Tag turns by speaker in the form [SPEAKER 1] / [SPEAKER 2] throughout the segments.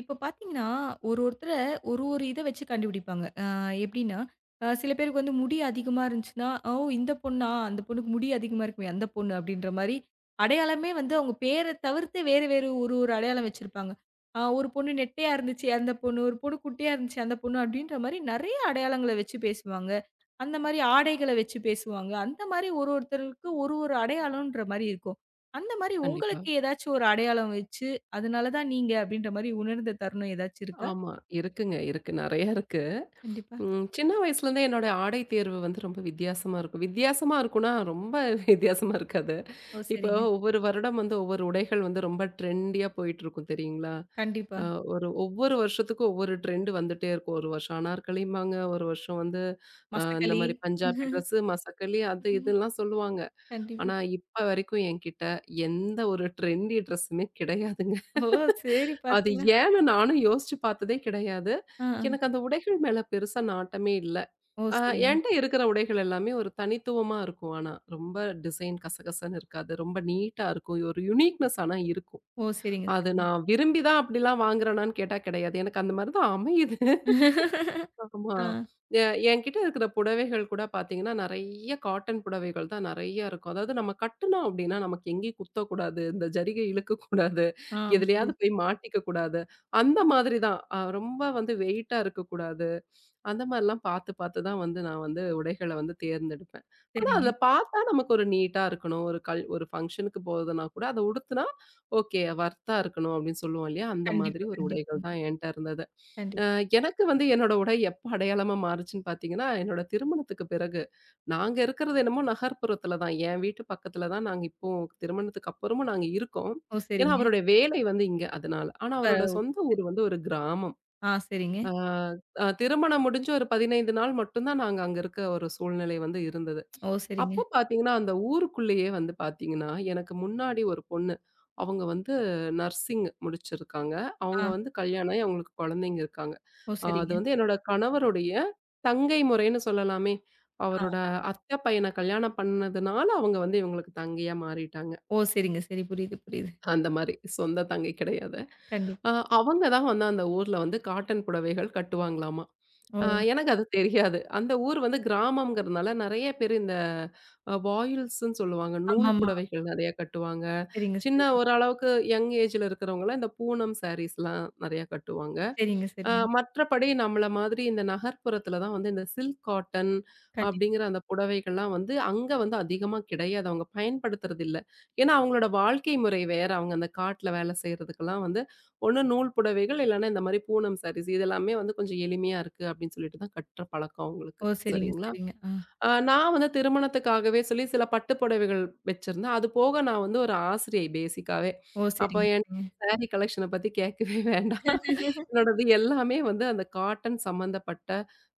[SPEAKER 1] இப்ப பார்த்தீங்கன்னா, ஒருத்தர ஒரு ஒரு இத வச்சு கண்டுபிடிப்பாங்க. எப்படின்னா, சில பேருக்கு வந்து முடி அதிகமா இருந்துச்சுன்னா, "ஓ! இந்த பொண்ணா? அந்த பொண்ணுக்கு முடி அதிகமா இருக்குமே, அந்த பொண்ணு" அப்படின்ற மாரி அடையாளமே வந்து அவங்க பேர தவிர்த்து வேறு வேறு ஒரு ஒரு அடையாளம் வச்சிருப்பாங்க. ஒரு பொண்ணு நெட்டையா இருந்துச்சு, அந்த பொண்ணு. ஒரு பொண்ணு குட்டையா இருந்துச்சு, அந்த பொண்ணு. அப்படின்ற மாரி நெறைய அடையாளங்கள வச்சு பேசுவாங்க. அந்த மாரி ஆடைகள வச்சு பேசுவாங்க. அந்த மாரி ஒருத்தருக்கு ஒரு ஒரு அடையாளம்ன்ற மாரி இருக்கும். அந்த மாரி
[SPEAKER 2] கண்டிப்பா.
[SPEAKER 1] உங்களுக்கு ஏதாச்சும் ஒரு அடையாளம் வச்சு அதனால தான் நீங்க அப்படின்ற மாரி உணர்ந்த தருணம் ஏதாச்சும் இருக்கா?
[SPEAKER 2] ஆமா. இருக்குங்க. இருக்கு. நெறைய இருக்கு.
[SPEAKER 1] கண்டிப்பா.
[SPEAKER 2] சின்ன வயசுலேருந்தே என்னோட ஆடை தேர்வு வந்து ரொம்ப வித்தியாசமா இருக்கும். வித்தியாசமா இருக்கும்னா, ரொம்ப வித்தியாசமா இருக்காது.
[SPEAKER 1] ஓ!
[SPEAKER 2] இப்போ
[SPEAKER 1] சரிங்க.
[SPEAKER 2] ஒவ்வொரு வருடம் வந்து ஒவ்வொரு உடைகள் வந்து ரொம்ப ட்ரெண்டியா போயிட்டுருக்கும் தெரியுங்களா?
[SPEAKER 1] கண்டிப்பா.
[SPEAKER 2] அ ஒரு ஒவ்வொரு வருஷத்துக்கும் ஒவ்வொரு ட்ரெண்ட் வந்துட்டே இருக்கும். ஒரு வருஷம் அனார்கலிம்பாங்க, ஒரு வருஷம் வந்து இந்த
[SPEAKER 1] மசக்களி.
[SPEAKER 2] மாரி பஞ்சாபி ட்ரெஸ்ஸு, மசக்களி
[SPEAKER 1] ம்.
[SPEAKER 2] அது இதுலாம் சொல்லுவாங்க.
[SPEAKER 1] கண்டிப்பா.
[SPEAKER 2] ஆனா, இப்ப வரைக்கும் என்கிட்ட எந்த ஒரு ட்ரெண்டி ட்ரெஸ்ஸுமே கிடையாதுங்க.
[SPEAKER 1] ஓ! சரி
[SPEAKER 2] அது
[SPEAKER 1] பார்த்தீங்கன்னா
[SPEAKER 2] ஏன்னு நானும் யோசிச்சு பார்த்ததே கிடையாது.
[SPEAKER 1] ஆ. ஆ.
[SPEAKER 2] எனக்கு அந்த உடைகள் மேல பெருசா நாட்டமே இல்ல.
[SPEAKER 1] ஓ!
[SPEAKER 2] அ
[SPEAKER 1] சரிங்க.
[SPEAKER 2] என்ட்ட இருக்கிற உடைகள் எல்லாமே ஒரு தனித்துவமா இருக்கும் ஆனா. ரொம்ப டிசைன் கசகசன்னு இருக்காது. ரொம்ப நீட்டா இருக்கும். ஒரு யுனிக்னெஸ் ஆனா இருக்கும்.
[SPEAKER 1] ஓ! சரிங்க,
[SPEAKER 2] அது
[SPEAKER 1] சரிங்க.
[SPEAKER 2] நான் விரும்பி தான் அப்படிலாம் வாங்குறேனான்னு கேட்டா கிடையாது. எனக்கு அந்த மாரி தான் அமையுது. ஆமா.
[SPEAKER 1] ஆ.
[SPEAKER 2] எ என்கிட்ட இருக்கிற புடவைகள் கூட பார்த்தீங்கன்னா, நெறைய காட்டன் புடவைகள் தான் நெறைய இருக்கும். அதாவது நம்ம கட்டுனோம் அப்டின்னா, நமக்கு எங்கேயும் குத்தக்கூடாது. இந்த ஜரிகை இழுக்கக்கூடாது.
[SPEAKER 1] ஆ
[SPEAKER 2] எதுலயாவது
[SPEAKER 1] புரியுது.
[SPEAKER 2] போய் மாட்டிக்க கூடாது. அந்த மாதிரி தான். ரொம்ப வந்து வெயிட்டா இருக்கக்கூடாது. அந்த மாரிலாம் பார்த்து பார்த்து தான் வந்து நான் வந்து உடைகள வந்து தேர்ந்தெடுப்பேன். ஆனா
[SPEAKER 1] சரிங்க.
[SPEAKER 2] அதுல பார்த்தா நமக்கு ஒரு நீட்டா இருக்கணும். ஒரு கல் ஒரு ஃபங்ஷனுக்கு போகுதுன்னா கூட அத உடுத்துனா, ஓகே வொர்த்தா இருக்கணும் அப்டின்னு சொல்லுவோம் இல்லையா? அந்த மாதிரி
[SPEAKER 1] கண்டிப்பா,
[SPEAKER 2] ஒரு உடைகள்
[SPEAKER 1] கண்டிப்பாங்க.
[SPEAKER 2] தான் என்ட்ட இருந்தது. அ
[SPEAKER 1] கண்டிப்பா.
[SPEAKER 2] எனக்கு வந்து என்னோட உடை எப்ப அடையாளமா மாறுச்சுன்னு பார்த்தீங்கன்னா, என்னோட திருமணத்துக்கு பிறகு. நாங்க இருக்கிறது என்னமோ நகர்ப்புறத்தில தான். என் வீட்டு பக்கத்தில தான் நாங்க இப்போ திருமணத்துக்கு அப்புறமும் நாங்க இருக்கோம்.
[SPEAKER 1] ஓ!
[SPEAKER 2] ஏன்னா
[SPEAKER 1] சரிங்க.
[SPEAKER 2] அவருடைய வேலை வந்து இங்க அதனால. ஆனா அவரோட
[SPEAKER 1] இப்ப
[SPEAKER 2] சொந்த ஊர் வந்து ஒரு கிராமம்.
[SPEAKER 1] ஆ சரிங்க.
[SPEAKER 2] ஆ, அ திருமணம் முடிஞ்சு ஒரு 15 நாள் மட்டும் தான் நாங்க அங்க இருக்க ஒரு சூழ்நிலை வந்து இருந்தது.
[SPEAKER 1] ஓ! சரிங்க.
[SPEAKER 2] அப்போ பார்த்தீங்கன்னா, அந்த ஊருக்குள்ளேயே வந்து பார்த்தீங்கன்னா, எனக்கு முன்னாடி ஒரு பொண்ணு. அவங்க வந்து நர்சிங் முடிச்சிருக்காங்க. அவங்க
[SPEAKER 1] ஆ.
[SPEAKER 2] வந்து கல்யாணம் ஆகி அவங்களுக்கு குழந்தைங்க இருக்காங்க.
[SPEAKER 1] ஓ!
[SPEAKER 2] அது
[SPEAKER 1] சரிங்க.
[SPEAKER 2] வந்து என்னோட கணவருடைய தங்கை முறைன்னு சொல்லலாமே.
[SPEAKER 1] ஆ.
[SPEAKER 2] அவரோட அத்தை பையன கல்யாணம் பண்ணதுனால, அவங்க வந்து இவங்களுக்கு தங்கையா மாறிட்டாங்க.
[SPEAKER 1] ஓ! சரிங்க. சரி. புரியுது, புரியுது.
[SPEAKER 2] அந்த மாரி சொந்த தங்கை கிடையாது.
[SPEAKER 1] கண்டிப்பா.
[SPEAKER 2] அ அவங்க தான் வந்து அந்த ஊர்ல வந்து காட்டன் புடவைகள் கட்டுவாங்களாமா.
[SPEAKER 1] ஓ!
[SPEAKER 2] ஆ எனக்கு அது தெரியாது. அந்த ஊர் வந்து கிராமம்ங்கிறதுனால நெறைய பேர் இந்த வாயில்ஸ்ன்னு சொல்லுவாங்க. நூல்
[SPEAKER 1] ஆமாமா.
[SPEAKER 2] புடவைகள் நெறைய கட்டுவாங்க.
[SPEAKER 1] சரிங்க,
[SPEAKER 2] சின்ன
[SPEAKER 1] சரிங்க.
[SPEAKER 2] ஓரளவுக்கு யங் ஏஜ்ல இருக்கிறவங்கலாம் இந்த பூனம் சாரீஸ்லாம் நெறைய கட்டுவாங்க.
[SPEAKER 1] சரிங்க, சரிங்க.
[SPEAKER 2] மற்றபடி நம்மள மாதிரி இந்த நகர்ப்புறத்தில தான் வந்து இந்த சில்க் காட்டன்
[SPEAKER 1] கண்டிப்பா.
[SPEAKER 2] அப்படிங்கிற அந்த புடவைகள்லாம் வந்து அங்க வந்து அதிகமா கிடையாது. அவங்க பயன்படுத்துறது இல்ல. ஏன்னா அவங்களோட வாழ்க்கை முறை வேற. அவங்க அந்த காட்ல வேலை செய்றதுக்கெல்லாம் வந்து ஒண்ணு நூல் புடவைகள், இல்லன்னா இந்த மாரி பூனம் சாரீஸ் இதெல்லாமே வந்து கொஞ்சம் எளிமையா இருக்கு அப்படின்னு சொல்லிட்டு தான் கட்டுற பழக்கம்
[SPEAKER 1] ஓ!
[SPEAKER 2] அவங்களுக்கு.
[SPEAKER 1] சரிங்க,
[SPEAKER 2] சரிங்களா?
[SPEAKER 1] சரிங்க. ஆ.
[SPEAKER 2] நான் வந்து திருமணத்துக்காகவே சொல்லி சில பட்டு புடவைகள் வச்சிருந்தேன். அது போக நான் வந்து ஒரு ஆசிரியை பேசிக்காவே.
[SPEAKER 1] ஓ!
[SPEAKER 2] அப்ப
[SPEAKER 1] சரிங்க,
[SPEAKER 2] என்
[SPEAKER 1] சரிங்க.
[SPEAKER 2] சாரி கலெக்ஷன பத்தி கேட்கவே வேண்டாம். என்னோடது எல்லாமே வந்து அந்த காட்டன் சம்மந்தப்பட்ட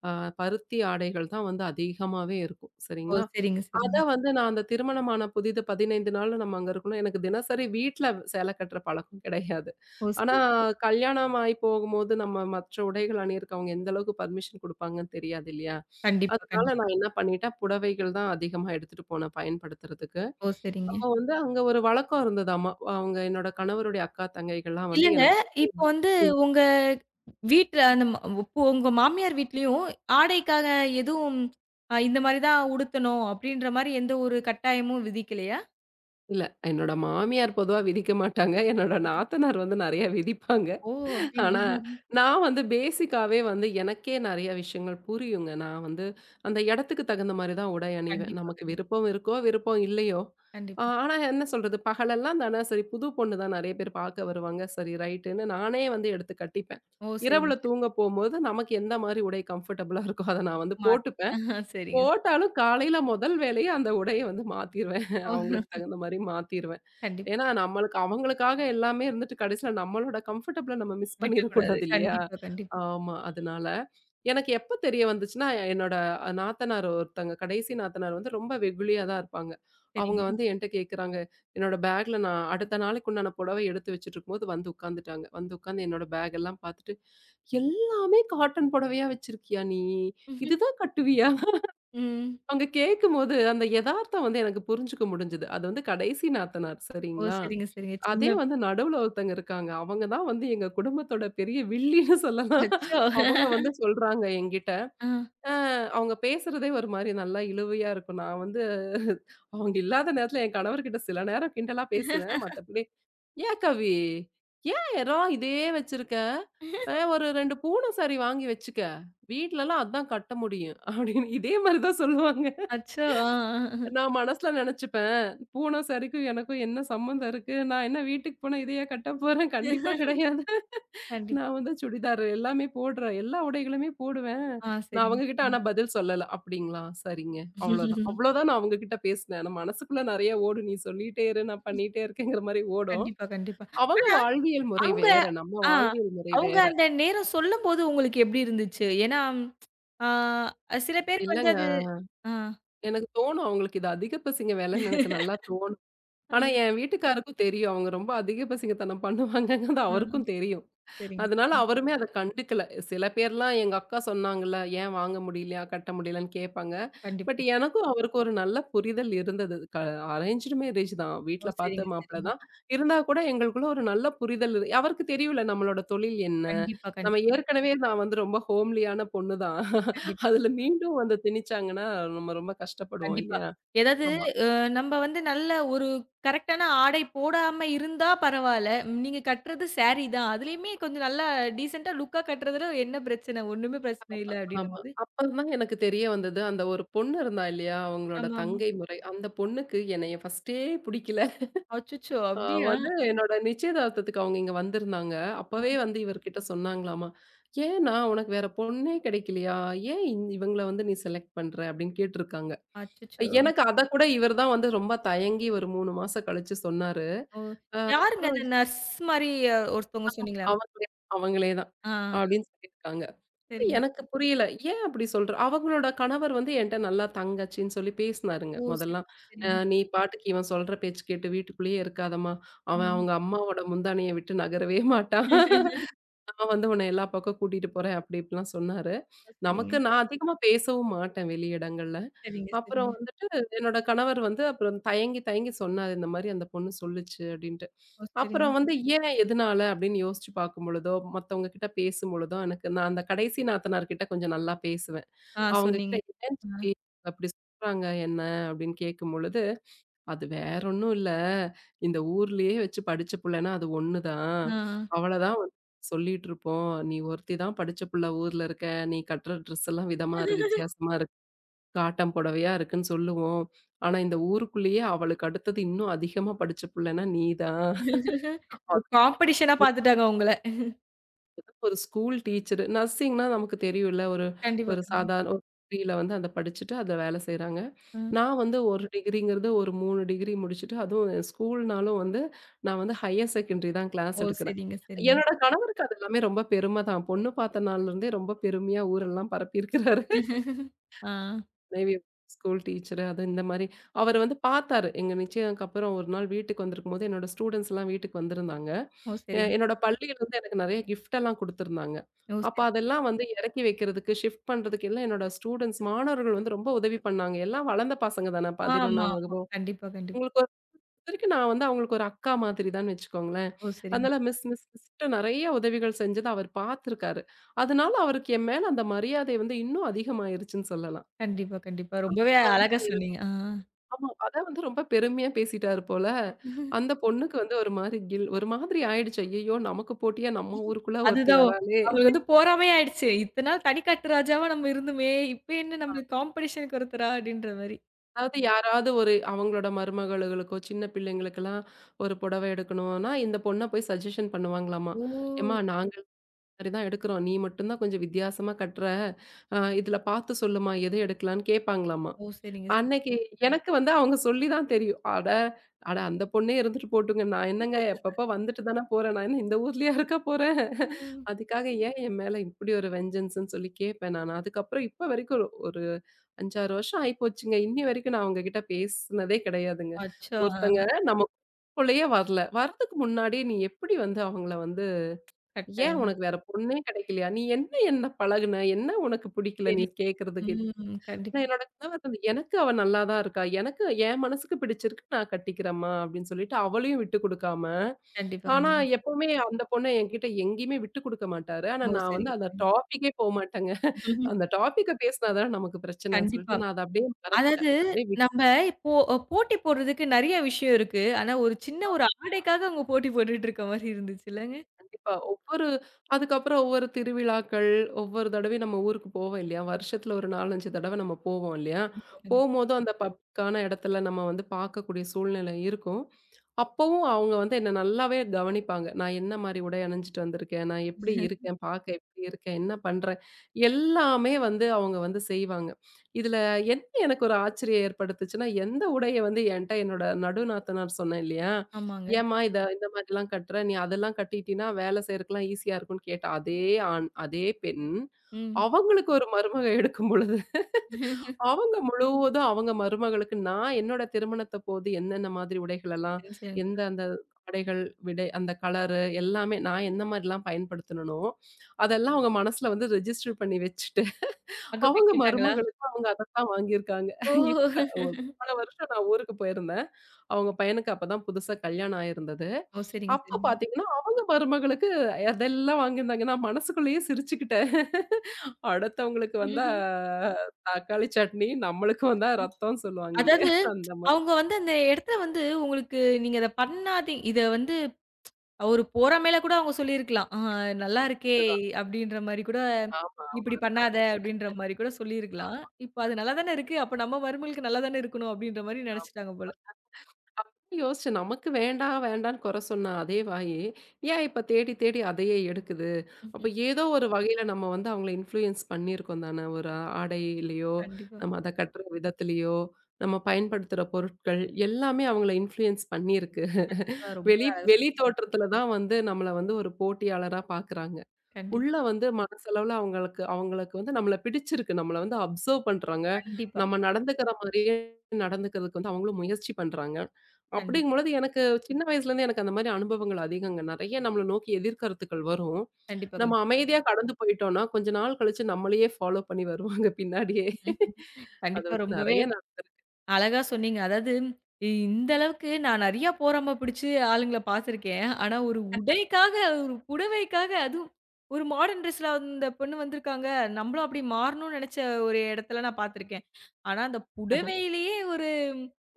[SPEAKER 2] அ பருத்தி ஆடைகள் தான் வந்து அதிகமாவே இருக்கும்.
[SPEAKER 1] ஓ!
[SPEAKER 2] சரிங்களா?
[SPEAKER 1] சரிங்க, சரிங்க.
[SPEAKER 2] அதான் வந்து நான் அந்த திருமணமான புதிது 15 நாள் நம்ம அங்க இருக்கணும். எனக்கு தினசரி வீட்ல சேலை கட்டுற பழக்கம் கிடையாது.
[SPEAKER 1] ஓ!
[SPEAKER 2] ஆனா,
[SPEAKER 1] சரி.
[SPEAKER 2] கல்யாணம் ஆயி போகும்போது நம்ம மற்ற உடைகள் அணியிறக்கு அவங்க எந்த அளவுக்கு பெர்மிஷன் குடுப்பாங்கன்னு தெரியாது இல்லையா?
[SPEAKER 1] கண்டிப்பா, கண்டிப்பா.
[SPEAKER 2] அதனால நான் என்ன பண்ணிட்டேன், புடவைகள் தான் அதிகமா எடுத்துட்டு போனேன் பயன்படுத்துறதுக்கு.
[SPEAKER 1] ஓ! சரிங்க.
[SPEAKER 2] அப்போ வந்து அங்க ஒரு வழக்கம் இருந்ததாமா. அவங்க என்னோட கணவருடைய அக்கா, தங்கைகள்லாம் வந்து
[SPEAKER 1] இல்லங்க,
[SPEAKER 2] எனக்கு
[SPEAKER 1] இப்போ வந்து
[SPEAKER 2] ம்.
[SPEAKER 1] உங்க வீட்ல அந்த உப்பு உங்க மாமியார் வீட்லயும் ஆடைக்காக எதுவும் இந்த மாரி தான் உடுத்தணும் அப்படின்ற மாரி எந்த ஒரு கட்டாயமும் விதிக்கலையா?
[SPEAKER 2] இல்ல. என்னோட மாமியார் பொதுவா விதிக்க மாட்டாங்க. என்னோட நாத்தனார் வந்து நெறைய விதிப்பாங்க.
[SPEAKER 1] ஓ! அப்படின்னு
[SPEAKER 2] ஆனா, நான் வந்து பேசிக்காவே வந்து எனக்கே நெறைய விஷயங்கள் புரியுங்க. நான் வந்து அந்த இடத்துக்கு தகுந்த மாரி தான் உடை அணிவேன்.
[SPEAKER 1] கண்டிப்பா,
[SPEAKER 2] நமக்கு
[SPEAKER 1] கண்டிப்பா,
[SPEAKER 2] விருப்பம் இருக்கோ, விருப்பம் இல்லையோ,
[SPEAKER 1] கண்டிப்பா.
[SPEAKER 2] ஆனா என்ன சொல்றது? பகலெல்லாம் தானே சரி புது பொண்ணு தான் நெறைய பேர் பார்க்க வருவாங்க. சரி ரைட்டுன்னு நானே வந்து எடுத்து கட்டிப்பேன்.
[SPEAKER 1] ஓ! சரிங்க,
[SPEAKER 2] இரவுல
[SPEAKER 1] சரிங்க.
[SPEAKER 2] தூங்க போம்போது, நமக்கு எந்த மாரி உடை கம்ஃபர்டபுளா இருக்கோ, அத நான் வந்து
[SPEAKER 1] மாத்தி
[SPEAKER 2] போட்டுப்பேன்.
[SPEAKER 1] சரிங்க, சரிங்க.
[SPEAKER 2] போட்டாலும் காலையில முதல் வேலையா அந்த உடைய வந்து மாத்திருவேன்.
[SPEAKER 1] ஓ!
[SPEAKER 2] அவங்களுக்கு தகுந்த மாரி மாத்திருவேன்.
[SPEAKER 1] கண்டிப்பா.
[SPEAKER 2] ஏன்னா நம்மளுக்கு அவங்களுக்காக எல்லாமே இருந்துட்டு கடைசியில நம்மளோட கம்ஃபர்டபுள நம்ம மிஸ்
[SPEAKER 1] விட்டக்கூடாது.
[SPEAKER 2] பண்ணிறக்கூடாது இல்லையா?
[SPEAKER 1] கண்டிப்பா, கண்டிப்பா.
[SPEAKER 2] ஆமா. அதனால எனக்கு எப்ப தெரிய வந்துச்சுன்னா, என்னோட நாத்தனார் ஒருத்தங்க கடைசி நாத்தனார் வந்து ரொம்ப வெகுளியா தான் இருப்பாங்க. அவங்க
[SPEAKER 1] சரிங்க.
[SPEAKER 2] வந்து என்ட்ட கேட்குறாங்க, என்னோட பேக்ல நான் அடுத்த நாளைக்கு உண்டான புடவை எடுத்து வச்சுட்டுருக்கும்போது வந்து உட்காந்துட்டாங்க. வந்து உட்காந்து என்னோட பேக் எல்லாம் பார்த்துட்டு, "எல்லாமே காட்டன் புடவையா வச்சிருக்கியா நீ? இதுதான் கட்டுவியா?"
[SPEAKER 1] ம்.
[SPEAKER 2] அவங்க கேட்கும்போது, அந்த எதார்த்தம் வந்து எனக்கு புரிஞ்சுக்க முடிஞ்சது. அது வந்து கடைசி நாத்தனார்
[SPEAKER 1] ஓ!
[SPEAKER 2] சரிங்களா?
[SPEAKER 1] சரிங்க, சரிங்க.
[SPEAKER 2] அதே
[SPEAKER 1] சின்ன
[SPEAKER 2] வந்து நடுவுல ஒருத்தங்க இருக்காங்க. அவங்க தான் வந்து எங்க குடும்பத்தோட பெரிய வில்லின்னு சொல்லலாம்.
[SPEAKER 1] அச்சோ!
[SPEAKER 2] அவங்க வந்து சொல்றாங்க என்கிட்ட.
[SPEAKER 1] ஆ.
[SPEAKER 2] அ அவங்க பேசுறதே ஒரு மாரி நல்லா இழுவையா இருக்கும். நான் வந்து அவங்க இல்லாத நேரத்துல என் கணவர்கிட்ட சில நேரம் கிண்டலா பேசுவேன். மத்தபடி, "ஏன் கவி, ஏன் எறோம் இதே வச்சிருக்க? ஒரு 2 பூனம் சாரி வாங்கி வச்சுக்க. வீட்லலாம் அதான் கட்ட முடியும்." அப்படின்னு இதே மாரி தான் சொல்லுவாங்க.
[SPEAKER 1] அச்சோ!
[SPEAKER 2] நான் மனசுல நெனச்சுப்பேன். பூனை சரிக்கும் எனக்கும் என்ன சம்மந்தம் இருக்கு? நான் என்ன வீட்டுக்கு போனா இதையா கட்ட போறேன்?
[SPEAKER 1] ஆ.
[SPEAKER 2] கண்டிப்பா கிடையாது.
[SPEAKER 1] கண்டிப்
[SPEAKER 2] நான் வந்து சுடிதார் எல்லாமே போடுறேன். எல்லா உடைகளுமே போடுவேன்.
[SPEAKER 1] ஆ
[SPEAKER 2] நான்
[SPEAKER 1] சரிங்க,
[SPEAKER 2] அவங்ககிட்ட
[SPEAKER 1] சரிங்க.
[SPEAKER 2] ஆனா பதில் சொல்லல. அப்டிங்களா? சரிங்க. அவ்ளோதான். அவ்ளோதான் நான் அவங்ககிட்ட பேசினேன். ஆனா மனசுக்குள்ள நெறைய ஓடும். நீ சொல்லிட்டே இரு. நான் பண்ணிட்டே இருக்கேங்கிற மாரி ஓடும்.
[SPEAKER 1] கண்டிப்பா, கண்டிப்பா.
[SPEAKER 2] அவங்க வாழ்வியல் முறை
[SPEAKER 1] அவங்க
[SPEAKER 2] வேற. நம்ம
[SPEAKER 1] ஆ
[SPEAKER 2] வாழ்வியல் முறை
[SPEAKER 1] அவங்க
[SPEAKER 2] வேற.
[SPEAKER 1] அந்த நேரம் சொல்லும்போது உங்களுக்கு எப்படி இருந்துச்சு? ஏன்னா, ஆ சில பேருக்கு வந்து
[SPEAKER 2] இல்லங்க.
[SPEAKER 1] அது ஆ.
[SPEAKER 2] எனக்கு தோணும் அவங்களுக்கு இது அதிகப்பசிங்க வேலைன்னு எனக்கு நல்லா தோணும். ஆனா என் வீட்டுக்காருக்கும் தெரியும். அவங்க ரொம்ப அதிகபசிங்கத்தனம் பண்ணுவாங்கங்கிறது
[SPEAKER 1] ஆ
[SPEAKER 2] அவருக்கும் தெரியும்.
[SPEAKER 1] சரிங்க,
[SPEAKER 2] அதனால
[SPEAKER 1] சரிங்க.
[SPEAKER 2] அவருமே அத கண்டுக்கல. சில பேர்லாம் எங்க அக்கா சொன்னாங்கல்ல, "ஏன் வாங்க முடியலையா? கட்ட முடியலன்னு" கேட்பாங்க.
[SPEAKER 1] கண்டிப்பா.
[SPEAKER 2] பட் எனக்கும் அவருக்கும் ஒரு நல்ல புரிதல் இருந்தது. அரேஞ்ச்டு மேரேஜ் தான்.
[SPEAKER 1] ஓ!
[SPEAKER 2] வீட்ல பார்த்த
[SPEAKER 1] சரிங்க,
[SPEAKER 2] மாப்பிள
[SPEAKER 1] சரிங்க.
[SPEAKER 2] தான். இருந்தா கூட எங்களுக்குள்ள ஒரு நல்ல புரிதல் இரு அவருக்கு தெரியும்ல நம்மளோட தொழில் என்ன?
[SPEAKER 1] கண்டிப்பா,
[SPEAKER 2] நம்ம
[SPEAKER 1] கண்டிப்பா,
[SPEAKER 2] ஏற்கனவே நான் வந்து ரொம்ப ஹோம்லியான பொண்ணு தான்.
[SPEAKER 1] கண்டிப்பா,
[SPEAKER 2] அதுல மீண்டும் வந்து திணிச்சாங்கன்னா, நம்ம ரொம்ப கஷ்டப்படுவோம்
[SPEAKER 1] கண்டிப்பா.
[SPEAKER 2] இல்லையா?
[SPEAKER 1] ஏதாவது
[SPEAKER 2] ஆமா.
[SPEAKER 1] நம்ம வந்து நல்ல ஒரு கரெக்ட்டான ஆடை போடாம இருந்தா பரவால்ல. நீங்க கட்டுறது சாரி தான். அதுலயுமே கொஞ்சம் நல்லா டீசென்ட்டா லுக்கா கட்டுறதுல என்ன பிரச்சனை? ஒண்ணுமே பிரச்சனை இல்ல
[SPEAKER 2] ஆமா.
[SPEAKER 1] அப்படின்னும்போது
[SPEAKER 2] அப்புறம் தான் எனக்கு தெரிய வந்தது. அந்த ஒரு பொண்ணு இருந்தா இல்லையா? அவங்களோட
[SPEAKER 1] ஆமாமா.
[SPEAKER 2] தங்கை முறை. அந்த பொண்ணுக்கு என்னைய ஃபர்ஸ்ட்டே புடிக்கல.
[SPEAKER 1] அச்சச்சோ!
[SPEAKER 2] அ
[SPEAKER 1] அப்படியா?
[SPEAKER 2] வந்து என்னோட நிச்சயதார்த்தத்துக்கு அவங்க இங்க வந்திருந்தாங்க. அப்பவே வந்து இவர்கிட்ட சொன்னாங்களாமா. "ஏன்னா உனக்கு வேற பொண்ணே கிடைக்கலையா? ஏன் இவங்கள வந்து நீ செலக்ட் பண்ற?" அப்படின்னு கேட்டுருக்காங்க.
[SPEAKER 1] அச்சச்சோ!
[SPEAKER 2] எனக்கு அத கூட இவர் தான் வந்து ரொம்ப தயங்கி ஒரு 3 மாசம் கழிச்சு சொன்னாரு.
[SPEAKER 1] ஓ! யாருங்க
[SPEAKER 2] அப்புறம்
[SPEAKER 1] அந்த நர்ஸ் மாரி ஒருத்தவங்க சொன்னீங்களா?
[SPEAKER 2] அவங்களே அவங்களே தான்
[SPEAKER 1] ஆ
[SPEAKER 2] அப்படின்னு சொல்லியிருக்காங்க.
[SPEAKER 1] சரிங்க.
[SPEAKER 2] எனக்கு புரியல. ஏன் அப்படி சொல்ற? அவங்களோட கணவர் வந்து என்ட்ட நல்லா தங்கச்சின்னு சொல்லி பேசினாருங்க
[SPEAKER 1] ஓ! சரி,
[SPEAKER 2] மொதல்லாம்.
[SPEAKER 1] சரிங்க.
[SPEAKER 2] "நீ பாட்டுக்கு இவன் சொல்ற பேச்சு கேட்டு வீட்டுக்குள்ளேயே இருக்காதம்மா. அவன்
[SPEAKER 1] ம்.
[SPEAKER 2] அவங்க அம்மாவோட முந்தானைய விட்டு நகரவே மாட்டான். நான் வந்து உன்னை எல்லா பக்கம் கூட்டிட்டு போறேன்" அப்படி இப்படிலாம் சொன்னாரு.
[SPEAKER 1] ஓ! சரிங்க,
[SPEAKER 2] நமக்கு நான் அதிகமா பேசவும் மாட்டேன் வெளி இடங்கள்ல.
[SPEAKER 1] சரிங்க, சரிங்க.
[SPEAKER 2] அப்புறம் வந்துட்டு என்னோட கணவர் வந்து அப்புறம் தயங்கி தயங்கி சொன்னாரு. இந்த மாரி அந்த பொண்ணு சொல்லுச்சு அப்படின்ட்டு.
[SPEAKER 1] ஓ! சரிங்க.
[SPEAKER 2] அப்புறம் வந்து ஏன்? எதனால? அப்படின்னு யோசிச்சு பார்க்கும் பொழுதோ, மத்தவங்க கிட்ட பேசும் பொழுதோ, எனக்கு நான் அந்த கடைசி நாத்தனார் கிட்ட கொஞ்சம் நல்லா பேசுவேன்.
[SPEAKER 1] ஆ
[SPEAKER 2] அவங்க
[SPEAKER 1] சொன்னீங்க.
[SPEAKER 2] கிட்ட ஏன்
[SPEAKER 1] ஆ,
[SPEAKER 2] சித்தி அப்படி சொல்றாங்க என்ன? அப்படின்னு கேட்கும் பொழுது, அது வேற ஒண்ணும் இல்ல. இந்த ஊர்லயே வச்சு படிச்ச புள்ளன்னா அது ஒண்ணுதான்.
[SPEAKER 1] ஆ.
[SPEAKER 2] அவள தான் வந்து சொல்லிட்டு இருப்போம். நீ ஒருத்தி தான் படிச்ச புள்ள ஊர்ல இருக்க. நீ கட்டுற ட்ரெஸ் எல்லாம் விதமா இரு வித்தியாசமா இருக்கு. காட்டன் புடவையா இருக்குன்னு சொல்லுவோம். ஆனா இந்த ஊருக்குள்ளேயே அவளுக்கு அடுத்தது இன்னும் அதிகமா படிச்ச புள்ளன்னா நீ தான்.
[SPEAKER 1] ஓ! காம்படிஷனா பார்த்துட்டாங்க உங்கள.
[SPEAKER 2] ஒரு ஸ்கூல் டீச்சரு. நர்சிங்னா நமக்கு தெரியும்ல. ஒரு
[SPEAKER 1] கண்டிப்பா,
[SPEAKER 2] ஒரு
[SPEAKER 1] கண்டிப்பா.
[SPEAKER 2] சாதாரண ஒரு டிகிரில வந்து அத படிச்சுட்டு அதுல வேலை செய்றாங்க.
[SPEAKER 1] ஆ.
[SPEAKER 2] நான் வந்து 1 டிகிரிங்கிறது ஒரு 3 டிகிரி முடிச்சுட்டு, அதுவும் ஸ்கூல்னாலும் வந்து நான் வந்து ஹையர் செகண்டரி தான்
[SPEAKER 1] ஓ!
[SPEAKER 2] கிளாஸ் எடுக்கிறேன்.
[SPEAKER 1] சரிங்க, சரிங்க.
[SPEAKER 2] என்னோட கணவருக்கு அது எல்லாமே ரொம்ப பெரும தான். பொண்ணு பாத்த நாள்ல இருந்தே ரொம்ப பெருமையா ஊரெல்லாம் பரப்பியிருக்கிறாரு.
[SPEAKER 1] ஆ.
[SPEAKER 2] மனைவி ஸ்கூல் டீச்சரு. அது இந்த மாரி அவரு வந்து பார்த்தாரு. எங்க நிச்சயம்க்கு அப்புறம் ஒரு நாள் வீட்டுக்கு வந்திருக்கும்போது, என்னோட ஸ்டூடண்ட்ஸ்லாம் வீட்டுக்கு வந்திருந்தாங்க.
[SPEAKER 1] ஓ! சரிங்க.
[SPEAKER 2] என்னோட பள்ளியிலருந்து எனக்கு நெறைய கிஃப்ட் எல்லாம் குடுத்திருந்தாங்க.
[SPEAKER 1] ஓ!
[SPEAKER 2] அப்ப
[SPEAKER 1] சரி.
[SPEAKER 2] அதெல்லாம் வந்து இறக்கி வைக்கிறதுக்கு, ஷிஃப்ட் பண்றதுக்கு எல்லாம் என்னோட ஸ்டூடண்ட்ஸ், மாணவர்கள் வந்து ரொம்ப உதவி பண்ணாங்க. எல்லாம் வளர்ந்த பசங்க தானே
[SPEAKER 1] ஆமா,
[SPEAKER 2] 11ஆம்
[SPEAKER 1] ஆமா.
[SPEAKER 2] வகுப்பு.
[SPEAKER 1] கண்டிப்பா, கண்டிப்பா.
[SPEAKER 2] உங்களுக்கு ஒரு வரைக்கும் நான் வந்து அவங்களுக்கு ஒரு அக்கா மாதிரி தான்னு வச்சுக்கோங்களேன்.
[SPEAKER 1] ஓ! சரிங்க.
[SPEAKER 2] அதனால மிஸ், மிஸ், மிஸ்ன்ட்டு நெறைய உதவிகள் செஞ்சத அவர் பார்த்துருக்காரு. அதனால அவருக்கு என் மேல அந்த மரியாதை வந்து இன்னும் அதிகமாயிருச்சுன்னு சொல்லலாம்.
[SPEAKER 1] கண்டிப்பா, கண்டிப்பா. ரொம்பவே
[SPEAKER 2] வந்து
[SPEAKER 1] அழகா சொன்னீங்க.
[SPEAKER 2] ஆமா. அதான் வந்து ரொம்ப பெருமையா பேசிட்டாரு போல.
[SPEAKER 1] ஆ.
[SPEAKER 2] அந்த பொண்ணுக்கு வந்து ஒரு மாரி கில் ஒரு மாதிரி ஆயிடுச்சு. ஐயய்யோ! நமக்கு போட்டியா நம்ம ஊருக்குள்ள ஒருத்தி
[SPEAKER 1] அதுதான்.
[SPEAKER 2] வராளே!
[SPEAKER 1] அவங்களுக்கு வந்து பொறாமையா ஆயிடுச்சு. இத்தன நாள் தனிக்காட்டு ராஜாவா நம்ம இருந்தோமே! இப்ப என்ன நம்மளுக்கு காம்படிஷனுக்கு ஒருத்தரா? அப்டின்ற மாரி.
[SPEAKER 2] அதாவது யாராவது ஒரு அவங்களோட மருமகளுகளுக்கோ, சின்ன பிள்ளைங்களுக்கெல்லாம் ஒரு புடவ எடுக்கணும்னா, இந்த பொண்ண போய் சஜஷன் பண்ணுவாங்களாமா.
[SPEAKER 1] ஓ!
[SPEAKER 2] "ஏம்மா நாங்க இந்த மாரி தான் எடுக்கிறோம். நீ மட்டும் தான் கொஞ்சம் வித்தியாசமா கட்டுற. இதுல பார்த்து சொல்லுமா எது எடுக்கலான்னு" கேட்பாங்களாமா.
[SPEAKER 1] ஓ! சரிங்க, சரி.
[SPEAKER 2] அன்னைக்கு எனக்கு வந்து அவங்க சொல்லி தான் தெரியும். அட அட அந்த பொண்ணே இருந்துட்டு போட்டுங்க. நான்
[SPEAKER 1] ம்.
[SPEAKER 2] என்னங்க எப்பப்ப வந்துட்டு தானே போறேன். நான் என்ன இந்த ஊர்லயா இருக்க போறேன். அதுக்காக ஏன் என் மேல இப்படி ஒரு வெஞ்சன்ஸ்ன்னு சொல்லி கேட்பேன் நானு. அதுக்கப்புறம் இப்ப வரைக்கும் ஒரு 5, 6 வருஷம் ஆயிப்போச்சுங்க. இன்னி வரைக்கும் நான் அவங்க கிட்ட பேசுனதே கிடையாதுங்க.
[SPEAKER 1] அச்சோ! ஆ
[SPEAKER 2] ஒருத்தங்க நமக்குள்ளயே வரல. வரதுக்கு முன்னாடியே நீ எப்படி வந்து அவங்கள வந்து ஏன்
[SPEAKER 1] கட்டாயம்.
[SPEAKER 2] உனக்கு வேற பொண்ணே கிடைக்கலையா? நீ என்ன என்ன பழகுன? என்ன உனக்கு பிடிக்கல? நீ
[SPEAKER 1] சரி.
[SPEAKER 2] கேட்கறதுக்கு
[SPEAKER 1] ம்.
[SPEAKER 2] நான்
[SPEAKER 1] கண்டிப்பா.
[SPEAKER 2] என்னோட கணவர் வந்து, "எனக்கு அவ நல்லா தான் இருக்கா. எனக்கு என் மனசுக்கு பிடிச்சிருக்கு. நான் கட்டிக்கிறேம்மா" அப்படின்னு சொல்லிட்டு அவளையும் விட்டு குடுக்காம,
[SPEAKER 1] கண்டிப்பா,
[SPEAKER 2] ஆனா
[SPEAKER 1] கண்டிப்பா.
[SPEAKER 2] எப்பவுமே அந்த பொண்ணு என்கிட்ட எங்கேயுமே விட்டு குடுக்க மாட்டாரு. ஆனா
[SPEAKER 1] ஓ!
[SPEAKER 2] நான் வந்து
[SPEAKER 1] சரிங்க,
[SPEAKER 2] அந்த
[SPEAKER 1] சரிங்க.
[SPEAKER 2] டாபிக்கே போமாட்டேங்க.
[SPEAKER 1] ம்ஹும்.
[SPEAKER 2] அந்த டாபிக்க பேசினா தானே நமக்கு பிரச்சனைன்னு
[SPEAKER 1] கண்டிப்பா.
[SPEAKER 2] சொல்லிட்டு நான் அத அப்படியே மறந்துட்டேன்.
[SPEAKER 1] அதாவது
[SPEAKER 2] அத அப்படியே
[SPEAKER 1] நம்ம இப்போ போட்டி போடுறதுக்கு நெறைய விஷயம் இருக்கு. ஆனா ஒரு சின்ன ஒரு ஆடைக்காக அவங்க போட்டி போட்டுட்டு இருக்க மாரி இருந்துச்சுல்லங்க.
[SPEAKER 2] கண்டிப்பா. ஒவ்வொரு அதுக்கப்புறம் ஒவ்வொரு திருவிழாக்கள், ஒவ்வொரு தடவையும் நம்ம ஊருக்கு போவோம் இல்லையா? வருஷத்துல ஒரு 4, 5 தடவை நம்ம போவோம் இல்லையா?
[SPEAKER 1] கண்டிப்பா, கண்டிப்பா.
[SPEAKER 2] போம்போது அந்த பப்ளிக்கான இடத்துல நம்ம வந்து பார்க்கக்கூடிய சூழ்நிலை இருக்கும். அப்பவும் அவங்க வந்து என்ன நல்லாவே கவனிப்பாங்க. நான் என்ன மாரி உடை அணிஞ்சுட்டு வந்திருக்கேன்? நான் எப்படி இருக்கேன்? பார்க்க எப்படி இருக்கேன்? என்ன பண்றேன்? எல்லாமே வந்து அவங்க வந்து செய்வாங்க. இதுல என்ன எனக்கு ஒரு ஆச்சரியம் ஏற்படுத்துச்சுன்னா, எந்த உடைய வந்து என்ட்ட என்னோட நடுநாத்தனார் சொன்னேன் இல்லையா?
[SPEAKER 1] ஆமாங்க.
[SPEAKER 2] "ஏம்மா இத இந்த மாதிரிலாம் கட்டுற? நீ அதெல்லாம் கட்டிட்டீன்னா, வேலை செய்றதுக்குலாம் ஈஸியா இருக்கும்ன்னு" கேட்ட அதே ஆண், அதே பெண்,
[SPEAKER 1] ம்.
[SPEAKER 2] அவங்களுக்கு ஒரு மருமக எடுக்கும் பொழுது, அவங்க முழுவதும் அவங்க மருமகளுக்கு, "நான் என்னோட திருமணத்தப்போது என்னென்ன மாதிரி உடைகளெல்லாம்,
[SPEAKER 1] செஞ்சாங்க.
[SPEAKER 2] எந்த அந்த ஆடைகள், விடை அந்த கலரு எல்லாமே நான் என்ன மாரிலாம் பயன்படுத்தனனோ" அதெல்லாம் அவங்க மனசுல வந்து ரெஜிஸ்டர் பண்ணி வச்சுட்டு
[SPEAKER 1] அங்க போய்
[SPEAKER 2] அவங்க
[SPEAKER 1] கேட்டாங்களா?
[SPEAKER 2] மருமகளுக்கு அவங்க அதத்தான் வாங்கியிருக்காங்க.
[SPEAKER 1] ஓ!
[SPEAKER 2] இப்ப ஒரு போன வருஷம் நான் ஊருக்கு போயிருந்தேன். அவங்க பையனுக்கு அப்பதான் புதுசா கல்யாணம் ஆயிருந்தது.
[SPEAKER 1] ஓ! சரிங்க,
[SPEAKER 2] அப்ப
[SPEAKER 1] சரிங்க.
[SPEAKER 2] பாத்தீங்கன்னா, அவங்க மருமகளுக்கு அதெல்லாம் வாங்கியிருந்தாங்க. நான் மனசுக்குள்ளேயே சிரிச்சுக்கிட்டேன். அடுத்தவங்களுக்கு வந்தா
[SPEAKER 1] ம்ஹ்ம்.
[SPEAKER 2] தக்காளி சட்னி, நம்மளுக்கு வந்தா ரத்தம்னு சொல்லுவாங்க இல்லையா?
[SPEAKER 1] அதாவது
[SPEAKER 2] அந்த மாதிரி.
[SPEAKER 1] அவங்க வந்து அந்த இடத்துல வந்து உங்களுக்கு நீங்க இத பண்ணாதீங் இத வந்து ஒரு போற மேல கூட அவங்க சொல்லியிருக்கலாம். "ஆ நல்லா இருக்கே"
[SPEAKER 2] அதுதான்.
[SPEAKER 1] அப்படின்ற மாரி கூட,
[SPEAKER 2] ஆமா, ஆமா.
[SPEAKER 1] "இப்படி
[SPEAKER 2] அதுதான்
[SPEAKER 1] பண்ணாத"
[SPEAKER 2] உண்மை.
[SPEAKER 1] அப்படின்ற மாரி கூட சொல்லியிருக்கலாம்.
[SPEAKER 2] ஆமா,
[SPEAKER 1] இப்ப அது நல்லா தானே இருக்கு. அப்ப நம்ம மருமகளுக்கு நல்லா தானே இருக்கணும் அப்படின்ற மாரி
[SPEAKER 2] ஆமா.
[SPEAKER 1] நெனச்சுட்டாங்க போல.
[SPEAKER 2] யோசிச்சேன். நமக்கு வேண்டாம், வேண்டான்னு கொற சொன்ன அதே வாயி, ஏன் இப்ப தேடி தேடி அதையே எடுக்குது? அப்ப
[SPEAKER 1] ம்ஹ்ம்.
[SPEAKER 2] ஏதோ ஒரு வகையில நம்ம வந்து அவங்கள இன்ஃப்ளூயன்ஸ் பண்ணியிருக்கோம் தானே! ஒரு ஆடையிலயோ,
[SPEAKER 1] கண்டிப்பா,
[SPEAKER 2] நம்ம அத கட்டுற விதத்திலயோ, நம்ம பயன்படுத்துற பொருட்கள் எல்லாமே அவங்கள இன்ஃப்ளூயன்ஸ் பண்ணியிருக்கு.
[SPEAKER 1] கண்டிப்பா. ரொம்ப
[SPEAKER 2] வெளி வெளி தோற்றத்துல தான் வந்து நம்மள வந்து ஒரு போட்டியாளரா பார்க்குறாங்க.
[SPEAKER 1] கண்டிப்பா,
[SPEAKER 2] உள்ள வந்து மனசளவுல அவங்களுக்கு அவங்களுக்கு வந்து நம்மள பிடிச்சிருக்கு. நம்மள வந்து அப்சர்வ் பண்றாங்க.
[SPEAKER 1] கண்டிப்பா,
[SPEAKER 2] நம்ம நடந்துக்கிற மாரியே நடந்துக்கிறதுக்கு வந்து அவங்களும் முயற்சி பண்றாங்க.
[SPEAKER 1] கண்டிப்பா,
[SPEAKER 2] அப்படிங்கும்பொழுது எனக்கு சின்ன வயசுலேருந்து எனக்கு அந்த மாரி அனுபவங்கள் அதிகங்க. நெறைய நம்மள நோக்கி எதிர்கருத்துக்கள் வரும்.
[SPEAKER 1] கண்டிப்பா,
[SPEAKER 2] நம்ம அமைதியா கடந்து போயிட்டோம்னா, கொஞ்ச நாள் கழிச்சு நம்மளையே ஃபாலோ பண்ணி வருவாங்க பின்னாடியே.
[SPEAKER 1] கண்டிப்பா.
[SPEAKER 2] அது
[SPEAKER 1] கண்டிப்பா
[SPEAKER 2] வந்து
[SPEAKER 1] ரொம்பவே
[SPEAKER 2] நெறைய
[SPEAKER 1] அழகா சொன்னீங்க. அதாவது இந்த அளவுக்கு நான் நெறையா போராம பிடிச்சு ஆளுங்கள பார்த்துருக்கேன். ஆனா ஒரு உடைக்காக, ஒரு புடவைக்காக அதுவும் ஒரு மாடர்ன் ட்ரெஸ்ல அந்த பொண்ணு வந்திருக்காங்க. நம்மளும் அப்படி மாறணும்னு நெனச்ச ஒரு இடத்துல நான் பார்த்துருக்கேன். ஆனா அந்த புடவையிலேயே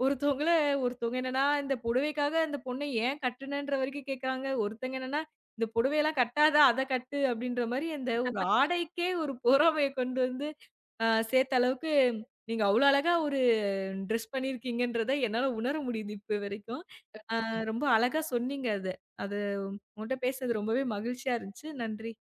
[SPEAKER 1] ஒருத்தவங்கள ஒருத்தவங்க என்னன்னா, இந்த புடவைக்காக அந்த பொண்ண ஏன் கட்டுனன்ற வரைக்கும் கேட்கறாங்க. ஒருத்தங்க என்னன்னா, இந்த புடவையெல்லாம் கட்டாத அத கட்டு அப்படின்ற மாரி அந்த ஒரு ஆடைக்கே ஒரு பொறாமைய கொண்டு வந்து சேர்த்த அளவுக்கு நீங்க அவ்ளோ அழகா ஒரு ட்ரெஸ் பண்ணியிருக்கீங்கன்றத என்னால உணர முடியுது இப்ப வரைக்கும். அ ரொம்ப அழகா சொன்னீங்க அத. அது உங்கட்ட பேசுனது ரொம்பவே மகிழ்ச்சியா இருந்துச்சு. நன்றி.